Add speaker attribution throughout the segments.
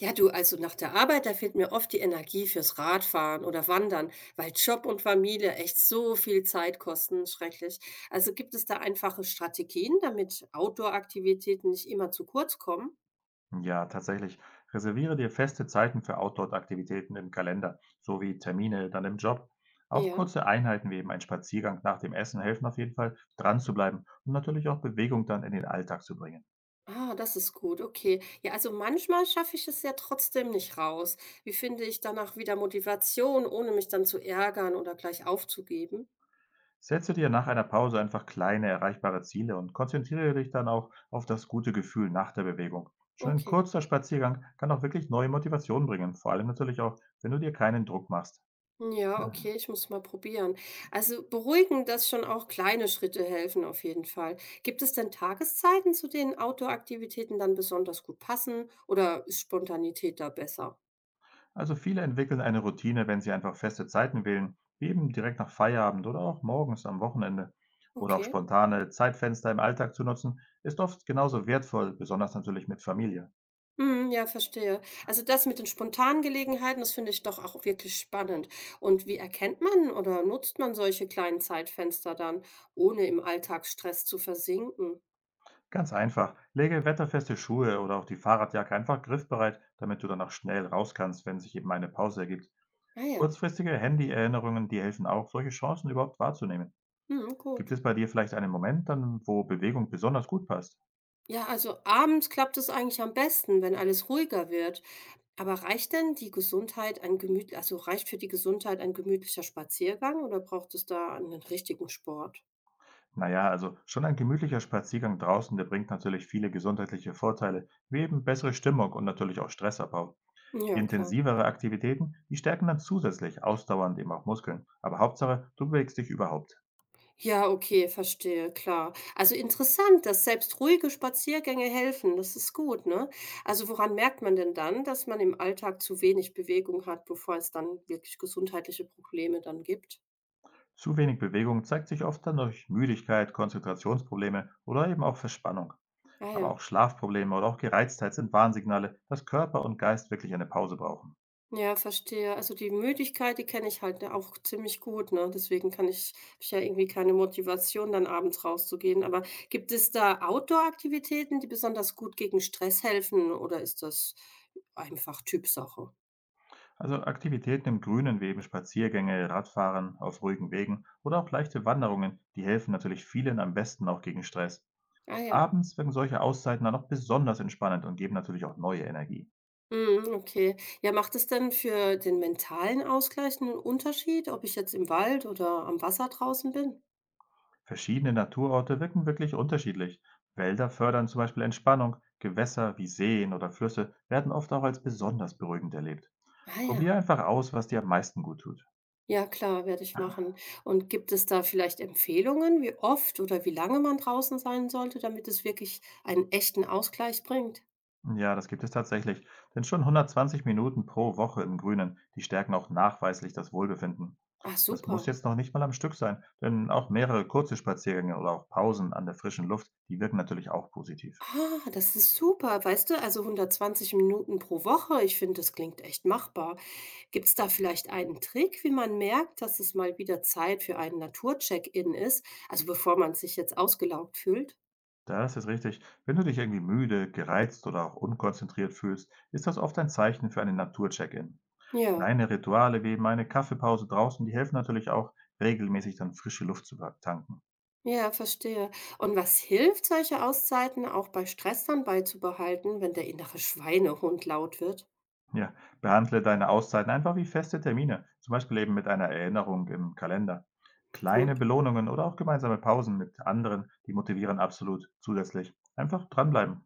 Speaker 1: Ja, du, also nach der Arbeit, da fehlt mir oft die Energie fürs Radfahren oder Wandern, weil Job und Familie echt so viel Zeit kosten, schrecklich. Also gibt es da einfache Strategien, damit Outdoor-Aktivitäten nicht immer zu kurz kommen?
Speaker 2: Ja, tatsächlich. Reserviere dir feste Zeiten für Outdoor-Aktivitäten im Kalender, sowie Termine dann im Job. Auch
Speaker 1: Ja.
Speaker 2: kurze Einheiten wie eben ein Spaziergang nach dem Essen helfen auf jeden Fall, dran zu bleiben und natürlich auch Bewegung dann in den Alltag zu bringen.
Speaker 1: Ah, das ist gut, okay. Ja, also manchmal schaffe ich es ja trotzdem nicht raus. Wie finde ich danach wieder Motivation, ohne mich dann zu ärgern oder gleich aufzugeben?
Speaker 2: Setze dir nach einer Pause einfach kleine, erreichbare Ziele und konzentriere dich dann auch auf das gute Gefühl nach der Bewegung. Schon ein
Speaker 1: Okay.
Speaker 2: kurzer Spaziergang kann auch wirklich neue Motivation bringen, vor allem natürlich auch, wenn du dir keinen Druck machst.
Speaker 1: Ja, okay, ich muss mal probieren. Also beruhigen, dass schon auch kleine Schritte helfen auf jeden Fall. Gibt es denn Tageszeiten, zu denen Outdoor-Aktivitäten dann besonders gut passen oder ist Spontanität da besser?
Speaker 2: Also viele entwickeln eine Routine, wenn sie einfach feste Zeiten wählen, wie eben direkt nach Feierabend oder auch morgens am Wochenende. Oder auch
Speaker 1: Okay.
Speaker 2: spontane Zeitfenster im Alltag zu nutzen, ist oft genauso wertvoll, besonders natürlich mit Familie.
Speaker 1: Mm, ja, verstehe. Also das mit den spontanen Gelegenheiten, das finde ich doch auch wirklich spannend. Und wie erkennt man oder nutzt man solche kleinen Zeitfenster dann, ohne im Alltagsstress zu versinken?
Speaker 2: Ganz einfach, lege wetterfeste Schuhe oder auch die Fahrradjacke einfach griffbereit, damit du danach schnell raus kannst, wenn sich eben eine Pause ergibt.
Speaker 1: Naja,
Speaker 2: Kurzfristige Handy-Erinnerungen, die helfen auch, solche Chancen überhaupt wahrzunehmen.
Speaker 1: mm, gut.
Speaker 2: Gibt es bei dir vielleicht einen Moment, dann, wo Bewegung besonders gut passt?
Speaker 1: Ja, also abends klappt es eigentlich am besten, wenn alles ruhiger wird. Aber reicht denn die Gesundheit ein gemüt also reicht für die Gesundheit ein gemütlicher Spaziergang oder braucht es da einen richtigen Sport?
Speaker 2: Na ja, also schon ein gemütlicher Spaziergang draußen, der bringt natürlich viele gesundheitliche Vorteile, wie eben bessere Stimmung und natürlich auch Stressabbau.
Speaker 1: Ja, klar.
Speaker 2: Intensivere Aktivitäten, die stärken dann zusätzlich ausdauernd eben auch Muskeln. Aber Hauptsache, du bewegst dich überhaupt.
Speaker 1: Ja, okay, verstehe, klar. Also interessant, dass selbst ruhige Spaziergänge helfen. Das ist gut, ne? Also woran merkt man denn dann, dass man im Alltag zu wenig Bewegung hat, bevor es dann wirklich gesundheitliche Probleme dann gibt?
Speaker 2: Zu wenig Bewegung zeigt sich oft dann durch Müdigkeit, Konzentrationsprobleme oder eben auch Verspannung.
Speaker 1: Ah
Speaker 2: Aber auch
Speaker 1: ja.
Speaker 2: Schlafprobleme oder auch Gereiztheit sind Warnsignale, dass Körper und Geist wirklich eine Pause brauchen.
Speaker 1: Ja, verstehe. Also die Müdigkeit, die kenne ich halt, ne, auch ziemlich gut, ne? Deswegen kann ich habe ich ja irgendwie keine Motivation, dann abends rauszugehen. Aber gibt es da Outdoor-Aktivitäten, die besonders gut gegen Stress helfen oder ist das einfach Typsache?
Speaker 2: Also Aktivitäten im Grünen wie eben Spaziergänge, Radfahren auf ruhigen Wegen oder auch leichte Wanderungen, die helfen natürlich vielen am besten auch gegen Stress.
Speaker 1: Ah ja.
Speaker 2: Abends wirken solche Auszeiten dann auch besonders entspannend und geben natürlich auch neue Energie.
Speaker 1: Mhm, okay. Ja, macht es denn für den mentalen Ausgleich einen Unterschied, ob ich jetzt im Wald oder am Wasser draußen bin?
Speaker 2: Verschiedene Naturorte wirken wirklich unterschiedlich. Wälder fördern zum Beispiel Entspannung, Gewässer wie Seen oder Flüsse werden oft auch als besonders beruhigend erlebt.
Speaker 1: Ah ja.
Speaker 2: Probier einfach aus, was dir am meisten gut tut.
Speaker 1: Ja klar, werde ich machen. Und gibt es da vielleicht Empfehlungen, wie oft oder wie lange man draußen sein sollte, damit es wirklich einen echten Ausgleich bringt?
Speaker 2: Ja, das gibt es tatsächlich. Denn schon 120 Minuten pro Woche im Grünen, die stärken auch nachweislich das Wohlbefinden.
Speaker 1: Ah,
Speaker 2: Das muss
Speaker 1: super.
Speaker 2: jetzt noch nicht mal am Stück sein, denn auch mehrere kurze Spaziergänge oder auch Pausen an der frischen Luft, die wirken natürlich auch positiv.
Speaker 1: Ah, das ist super. Weißt du, also 120 Minuten pro Woche, ich finde, das klingt echt machbar. Gibt es da vielleicht einen Trick, wie man merkt, dass es mal wieder Zeit für einen Naturcheck-in ist, also bevor man sich jetzt ausgelaugt fühlt?
Speaker 2: Das ist richtig. Wenn du dich irgendwie müde, gereizt oder auch unkonzentriert fühlst, ist das oft ein Zeichen für einen Natur-Check-in.
Speaker 1: Ja.
Speaker 2: Kleine Rituale wie eben eine Kaffeepause draußen, die helfen natürlich auch, regelmäßig dann frische Luft zu tanken.
Speaker 1: Ja, verstehe. Und was hilft, solche Auszeiten auch bei Stress dann beizubehalten, wenn der innere Schweinehund laut wird?
Speaker 2: Ja, behandle deine Auszeiten einfach wie feste Termine, zum Beispiel eben mit einer Erinnerung im Kalender.
Speaker 1: Gut.
Speaker 2: Kleine Belohnungen oder auch gemeinsame Pausen mit anderen, die motivieren absolut zusätzlich. Einfach dranbleiben.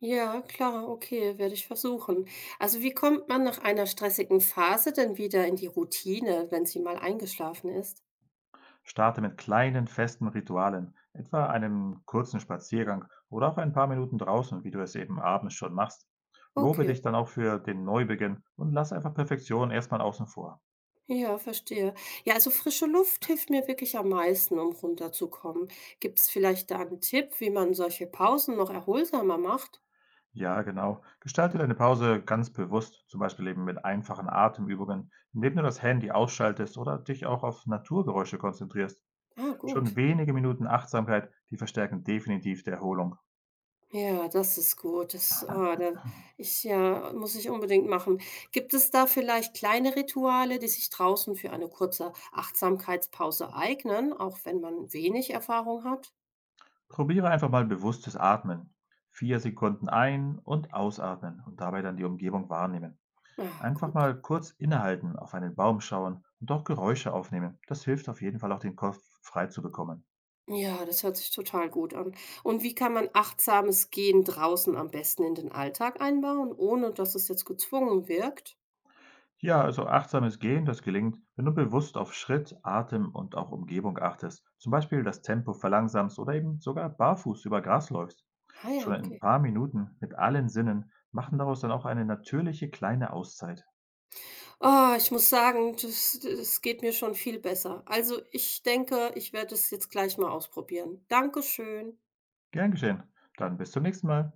Speaker 1: Ja, klar, okay, werde ich versuchen. Also wie kommt man nach einer stressigen Phase denn wieder in die Routine, wenn sie mal eingeschlafen ist?
Speaker 2: Starte mit kleinen festen Ritualen, etwa einem kurzen Spaziergang oder auch ein paar Minuten draußen, wie du es eben abends schon machst. Lobe
Speaker 1: Okay.
Speaker 2: dich dann auch für den Neubeginn und lass einfach Perfektion erstmal außen vor.
Speaker 1: Ja, verstehe. Ja, also frische Luft hilft mir wirklich am meisten, um runterzukommen. Gibt es vielleicht da einen Tipp, wie man solche Pausen noch erholsamer macht?
Speaker 2: Ja, genau. Gestalte deine Pause ganz bewusst, zum Beispiel eben mit einfachen Atemübungen, indem du das Handy ausschaltest oder dich auch auf Naturgeräusche konzentrierst.
Speaker 1: Ah,
Speaker 2: Schon
Speaker 1: gut.
Speaker 2: wenige Minuten Achtsamkeit, die verstärken definitiv die Erholung.
Speaker 1: Ja, das ist gut. Das, ah, da ich ja, muss ich unbedingt machen. Gibt es da vielleicht kleine Rituale, die sich draußen für eine kurze Achtsamkeitspause eignen, auch wenn man wenig Erfahrung hat?
Speaker 2: Probiere einfach mal bewusstes Atmen. 4 Sekunden ein- und ausatmen und dabei dann die Umgebung wahrnehmen.
Speaker 1: Ah,
Speaker 2: Einfach
Speaker 1: gut.
Speaker 2: mal kurz innehalten, auf einen Baum schauen und auch Geräusche aufnehmen. Das hilft auf jeden Fall auch den Kopf frei zu bekommen.
Speaker 1: Ja, das hört sich total gut an. Und wie kann man achtsames Gehen draußen am besten in den Alltag einbauen, ohne dass es jetzt gezwungen wirkt?
Speaker 2: Ja, also achtsames Gehen, das gelingt, wenn du bewusst auf Schritt, Atem und auch Umgebung achtest. Zum Beispiel das Tempo verlangsamst oder eben sogar barfuß über Gras läufst.
Speaker 1: Ah ja,
Speaker 2: Schon ein
Speaker 1: okay.
Speaker 2: paar Minuten mit allen Sinnen machen daraus dann auch eine natürliche kleine Auszeit.
Speaker 1: Ah, ich muss sagen, das geht mir schon viel besser. Also, ich denke, ich werde es jetzt gleich mal ausprobieren. Dankeschön.
Speaker 2: Gern geschehen. Dann bis zum nächsten Mal.